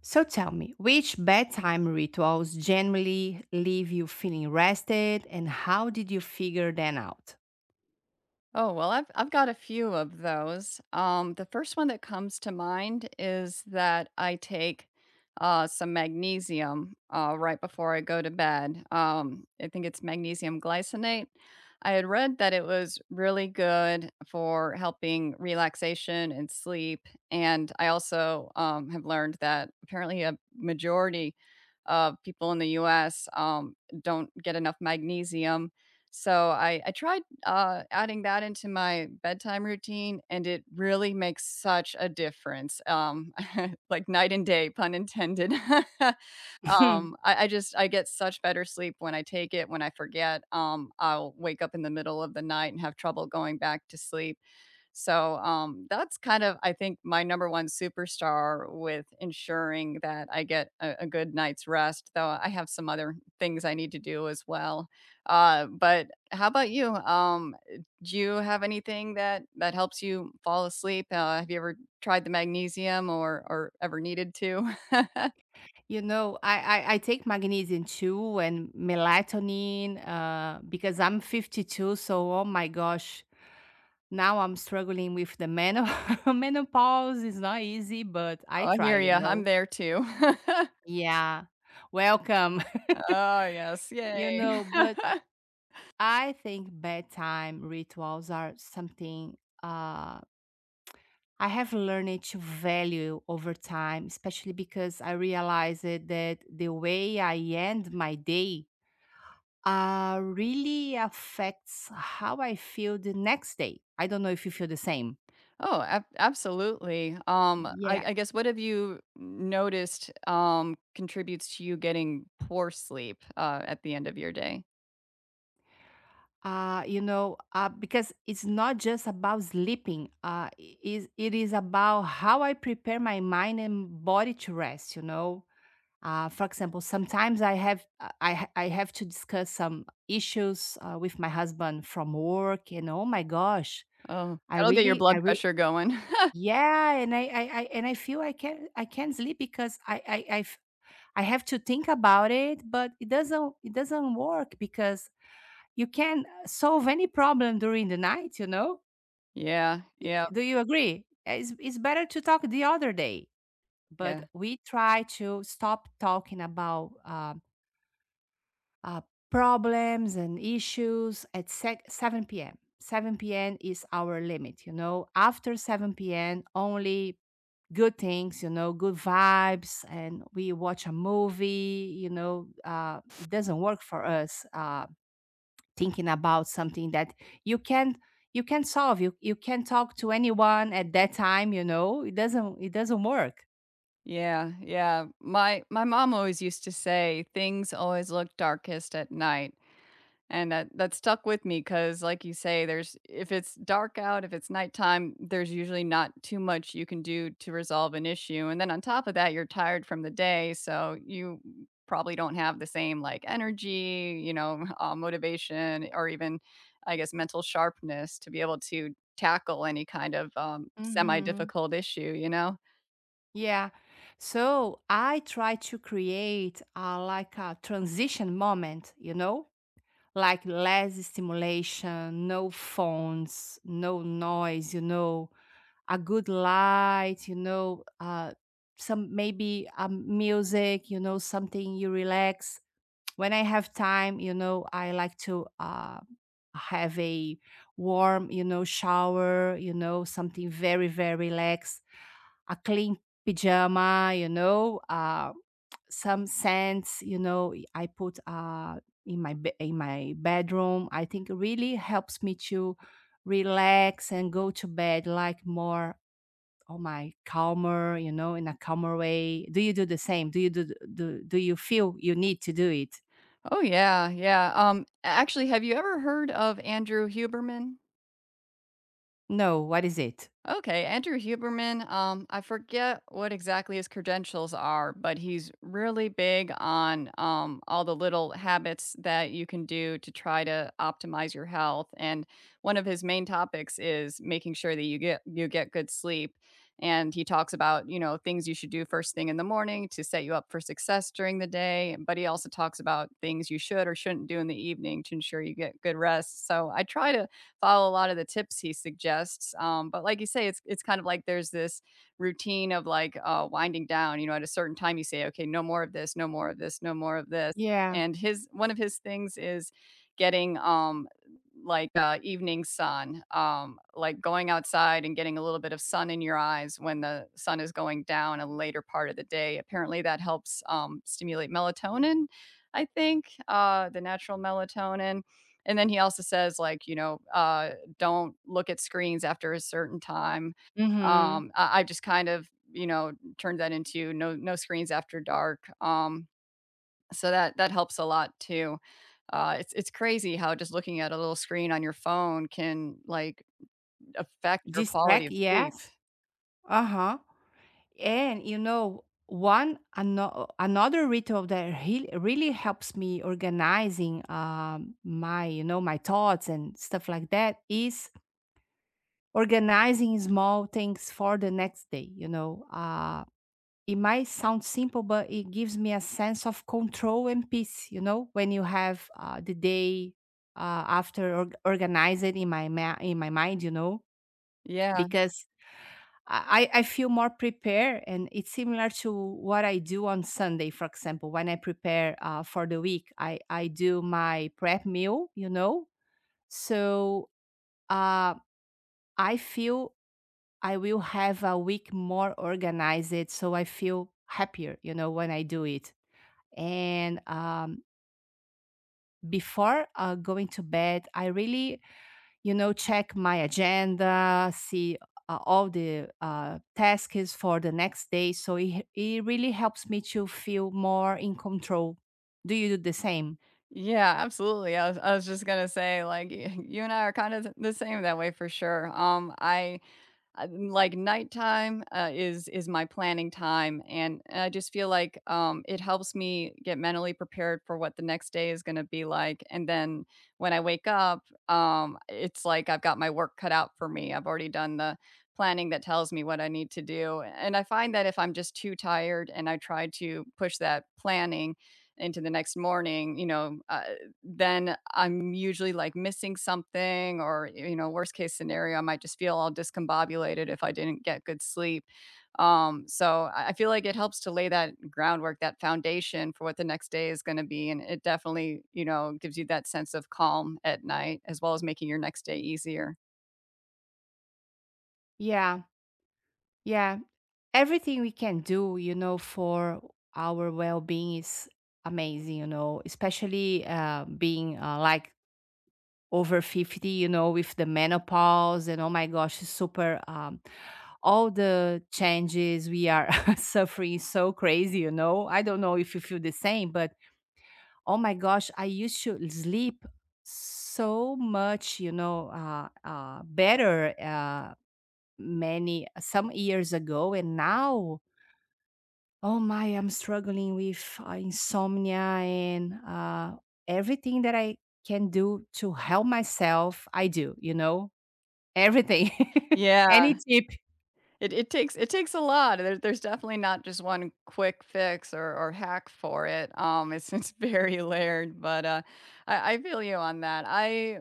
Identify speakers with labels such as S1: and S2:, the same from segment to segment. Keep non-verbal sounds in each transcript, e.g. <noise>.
S1: So tell me, which bedtime rituals generally leave you feeling rested and how did you figure them out?
S2: Oh, well, I've got a few of those. The first one that comes to mind is that I take some magnesium right before I go to bed. I think it's magnesium glycinate. I had read that it was really good for helping relaxation and sleep, and I also have learned that apparently a majority of people in the U.S. Don't get enough magnesium, so I tried adding that into my bedtime routine, and it really makes such a difference, <laughs> like night and day, pun intended. <laughs>
S1: <laughs>
S2: I just I get such better sleep when I take it. When I forget, I'll wake up in the middle of the night and have trouble going back to sleep. So, that's kind of, I think, my number one superstar with ensuring that I get a good night's rest, though I have some other things I need to do as well. But how about you? Do you have anything that helps you fall asleep? Have you ever tried the magnesium or ever needed to? <laughs> Oh,
S1: You know, I take magnesium too and melatonin because I'm 52. So, oh my gosh, now I'm struggling with the <laughs> menopause. It's not easy, but I
S2: I
S1: try,
S2: hear
S1: you
S2: you. I'm
S1: know.
S2: there too. <laughs>
S1: Yeah, welcome.
S2: Oh yes,
S1: <laughs> you
S2: yay.
S1: know, but
S2: <laughs>
S1: I think bedtime rituals are something. Uh, I have learned to value over time, especially because I realized that the way I end my day really affects how I feel the next day. I don't know if you feel the same.
S2: Oh, ab absolutely. Um,
S1: Yeah.
S2: I I guess, what have you noticed, contributes to you getting poor sleep, at the end of your day?
S1: Because it's not just about sleeping. I- is it is about how I prepare my mind and body to rest. You know, for example, sometimes I have to discuss some issues with my husband from work, and oh my gosh,
S2: Oh,
S1: I
S2: that'll get your
S1: really
S2: blood pressure going. <laughs>
S1: yeah, and I feel I can't sleep because I have to think about it, but it doesn't work because you can solve any problem during the night.
S2: Yeah,
S1: Y-
S2: yeah,
S1: Do you agree? It's better to talk the other day, but
S2: yeah,
S1: we try to stop talking about uh, problems and issues at 7 p.m. 7 p.m. is our limit, you know. After 7 p.m., only good things, good vibes, and we watch a movie. It doesn't work for us thinking about something that you can't you can solve you you can talk to anyone at that time. It doesn't work.
S2: yeah, yeah. My mom always used to say, "Things always look darkest at night." And that stuck with me because, like you say, there's if it's dark out, if it's nighttime, there's usually not too much you can do to resolve an issue, and then on top of that, you're tired from the day, so you probably don't have the same, like, energy, you know, <laughs> motivation, or even, I guess, mental sharpness to be able to tackle any kind of,
S1: Mm-hmm.
S2: semi-difficult issue, you know?
S1: Yeah. So I try to create a, like, a transition moment, like less stimulation, no phones, no noise, a good light, some maybe music, something you relax. When I have time, I like to have a warm, shower, something very, very relaxed, a clean pajama, some scents, I put in my in my bedroom. I think it really helps me to relax and go to bed like more oh my calmer, in a calmer way. Do you do the same? Do you feel you need to do it?
S2: Oh, yeah, yeah, actually, have you ever heard of Andrew Huberman?
S1: No, what is it?
S2: Okay, Andrew Huberman. I forget what exactly his credentials are, but he's really big on all the little habits that you can do to try to optimize your health. And one of his main topics is making sure that you get good sleep. And he talks about, you know, things you should do first thing in the morning to set you up for success during the day. But he also talks about things you should or shouldn't do in the evening to ensure you get good rest. So I try to follow a lot of the tips he suggests. But like you say, it's kind of like there's this routine of like winding down. You know, at a certain time, you say, okay, no more of this, no more of this, no more of this.
S1: Yeah.
S2: And his one of his things is getting like evening sun, like going outside and getting a little bit of sun in your eyes when the sun is going down a later part of the day. Apparently, that helps stimulate melatonin, I think, the natural melatonin. And then he also says, like, you know, don't look at screens after a certain time.
S1: Mhm.
S2: I just kind of, you know, turned that into no screens after dark. So that helps a lot too. It's crazy how just looking at a little screen on your phone can like affect your quality
S1: Distract,
S2: of sleep.
S1: yes. Uh-huh. And, one another ritual that really helps me organizing my my thoughts and stuff like that is organizing small things for the next day. It might sound simple, but it gives me a sense of control and peace. When you have the day after organized in my in my mind,
S2: Yeah,
S1: because I feel more prepared, and it's similar to what I do on Sunday, for example, when I prepare for the week. I do my prep meal, so uh, I feel I will have a week more organized. So I feel happier, when I do it. And before going to bed, I really check my agenda, see all the tasks for the next day. So it really helps me to feel more in control. Do you do the same?
S2: yeah, absolutely. I was just gonna say, like, <laughs> you and I are kind of the same that way for sure. Uh, like, nighttime, is my planning time, and I just feel like, it helps me get mentally prepared for what the next day is gonna be like, and then when I wake up, it's like I've got my work cut out for me. I've already done the planning that tells me what I need to do, and I find that if I'm just too tired and I try to push that planning into the next morning, you know, then I'm usually, like, missing something or, you know, worst case scenario, I might just feel all discombobulated if I didn't get good sleep. So I feel like it helps to lay that groundwork, that foundation for what the next day is gonna be, and it definitely, you know, gives you that sense of calm at night as well as making your next day easier.
S1: Yeah, yeah. Everything we can do, for our well being is amazing, especially being like over 50, with the menopause and oh my gosh, super all the changes we are <laughs> suffering is so crazy. I don't know if you feel the same, but oh my gosh, I used to sleep so much, better many some years ago, and now, oh my, I'm struggling with insomnia and everything that I can do to help myself. I do. Everything. <laughs> Any
S2: Yeah.
S1: tip.
S2: It takes a lot. There's definitely not just one quick fix or hack for it. It's <laughs> it's very layered, but I feel you on that. I,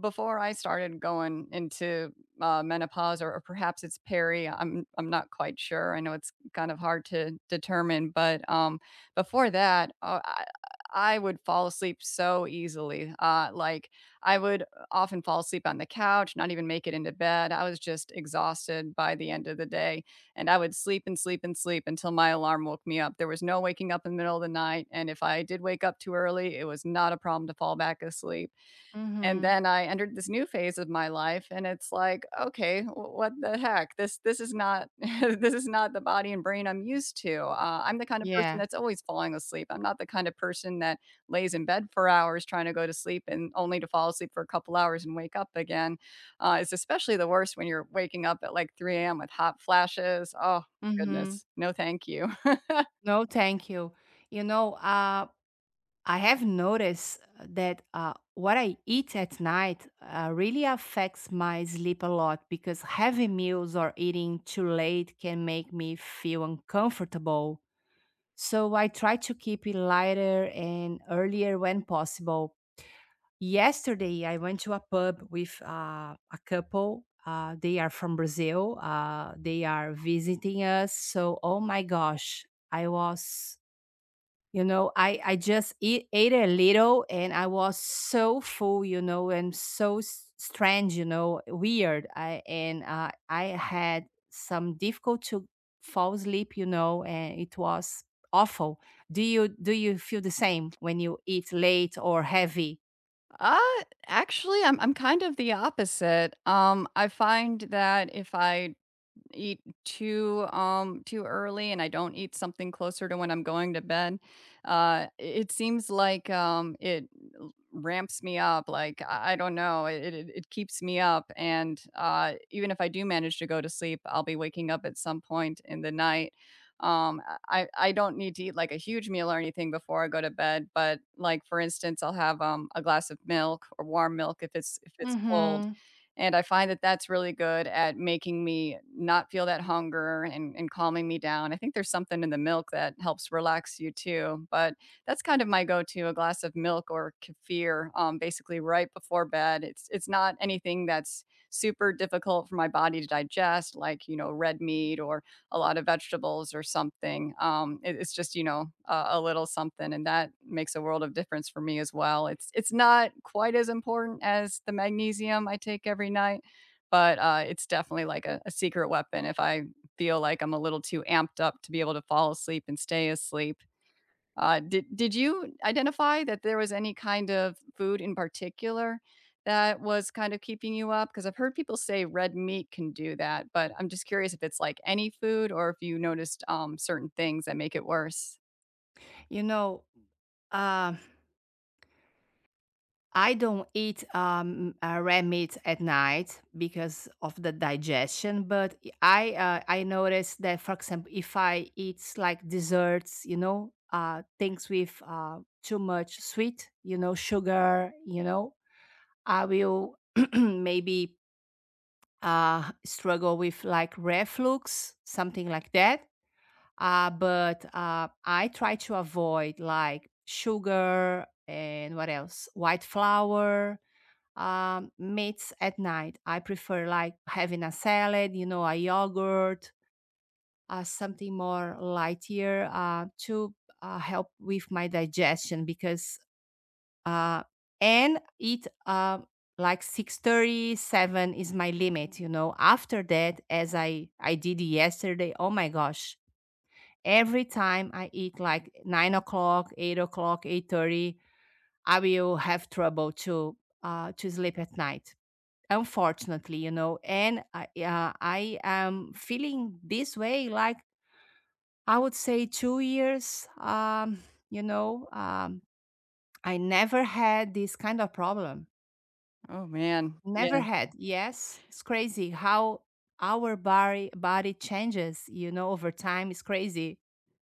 S2: before I started going into menopause, or perhaps it's peri. I'm not quite sure. I know it's kind of hard to determine, but before that, I would fall asleep so easily. Like I would often fall asleep on the couch, not even make it into bed. I was just exhausted by the end of the day. And I would sleep and sleep and sleep until my alarm woke me up. There was no waking up in the middle of the night. And if I did wake up too early, it was not a problem to fall back asleep. And
S1: Mhm.
S2: then I entered this new phase of my life, and it's like, "Okay, w what the heck? This is not <laughs> this is not the body and brain I'm used to." I'm the kind of person
S1: Yeah.
S2: that's always falling asleep. I'm not the kind of person that lays in bed for hours trying to go to sleep and only to fall asleep for a couple hours and wake up again. It's especially the worst when you're waking up at, like, 3 a.m. with hot flashes. Oh, my
S1: Mhm.
S2: goodness. No, thank you. <laughs>
S1: No, thank you. You know, uh, I have noticed that, what I eat at night, really affects my sleep a lot because heavy meals or eating too late can make me feel uncomfortable. So I try to keep it lighter and earlier when possible. Yesterday, I went to a pub with a couple. They are from Brazil. They are visiting us. So, oh my gosh, I was, I just ate a little and I was so full, and so strange, weird. I And I had some difficult to fall asleep, and it was awful. Do you feel the same when you eat late or heavy?
S2: Uh, actually, I'm kind of the opposite. I find that if I eat too early and I don't eat something closer to when I'm going to bed, it seems like it ramps me up. Like I don't know, it keeps me up, and even if I do manage to go to sleep, I'll be waking up at some point in the night. Um, I don't need to eat like a huge meal or anything before I go to bed, but, like, for instance, I'll have a glass of milk or warm milk if it's cold,
S1: Mm-hmm.
S2: and I find that that's really good at making me not feel that hunger and calming me down. I think there's something in the milk that helps relax you too, but that's kind of my go-to, a glass of milk or kefir, basically right before bed. It's not anything that's super difficult for my body to digest, like, you know, red meat or a lot of vegetables or something. It's just, you know, a little something, and that makes a world of difference for me as well. It's not quite as important as the magnesium I take every night, but it's definitely like a secret weapon. If I feel like I'm a little too amped up to be able to fall asleep and stay asleep, did you identify that there was any kind of food in particular that was kind of keeping you up? Because 'Cause I've heard people say red meat can do that, but I'm just curious if it's like any food or if you noticed, certain things that make it worse.
S1: You know, um, I don't eat red meat at night because of the digestion. But I noticed that, for example, if I eat like desserts, things with too much sweet, sugar, I will <clears throat> maybe struggle with like reflux, something like that. But I try to avoid like sugar, and what else? White flour, meats at night. I prefer like having a salad, a yogurt, something more lightier to help with my digestion because uh, and eat like 6:37 is my limit. After that, as I did yesterday, oh my gosh, every time I eat like 9 o'clock, 8 o'clock, 8:30, I will have trouble to sleep at night. Unfortunately, and I am feeling this way like I would say 2 years. You know, um, I never had this kind of problem.
S2: Oh, man.
S1: Never
S2: Yeah.
S1: had. Yes, it's crazy how our body changes. Over time, it's crazy.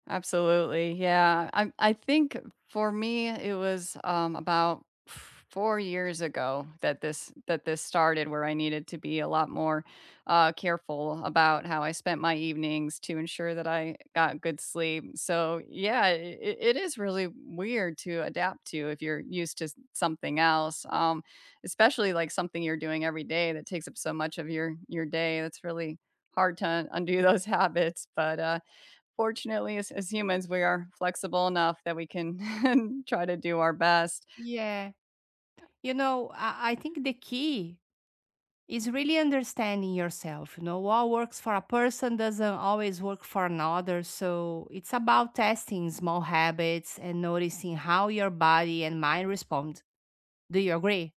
S2: Absolutely. Yeah. I think for me it was about 4 years ago that this started, where I needed to be a lot more careful about how I spent my evenings to ensure that I got good sleep. So, yeah, it is really weird to adapt to if you're used to something else. Especially like something you're doing every day that takes up so much of your day. That's really hard to undo those <laughs> habits, but fortunately, as humans, we are flexible enough that we can <laughs> try to do our best.
S1: Yeah, I think the key. It's really understanding yourself. What works for a person doesn't always work for another. So it's about testing small habits and noticing how your body and mind respond. Do you agree?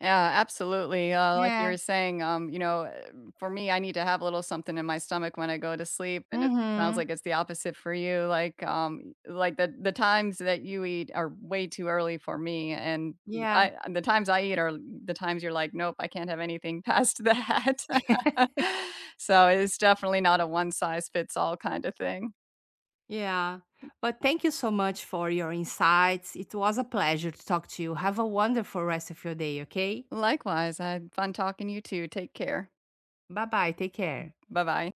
S2: Yeah, absolutely. Like you
S1: Yeah.
S2: were saying, you know, for me, I need to have a little something in my stomach when I go to sleep, and it sounds
S1: Mm-hmm.
S2: like it's the opposite for you. Like the times that you eat are way too early for me, and
S1: Yeah.
S2: I the times I eat are the times you're like, nope, I can't have anything past that.
S1: <laughs>
S2: <laughs> So it's definitely not a one size fits all kind of thing.
S1: Yeah. But thank you so much for your insights. It was a pleasure to talk to you. Have a wonderful rest of your day, okay?
S2: Likewise, I had fun talking to you too. Take care.
S1: Bye bye. Take care.
S2: Bye bye.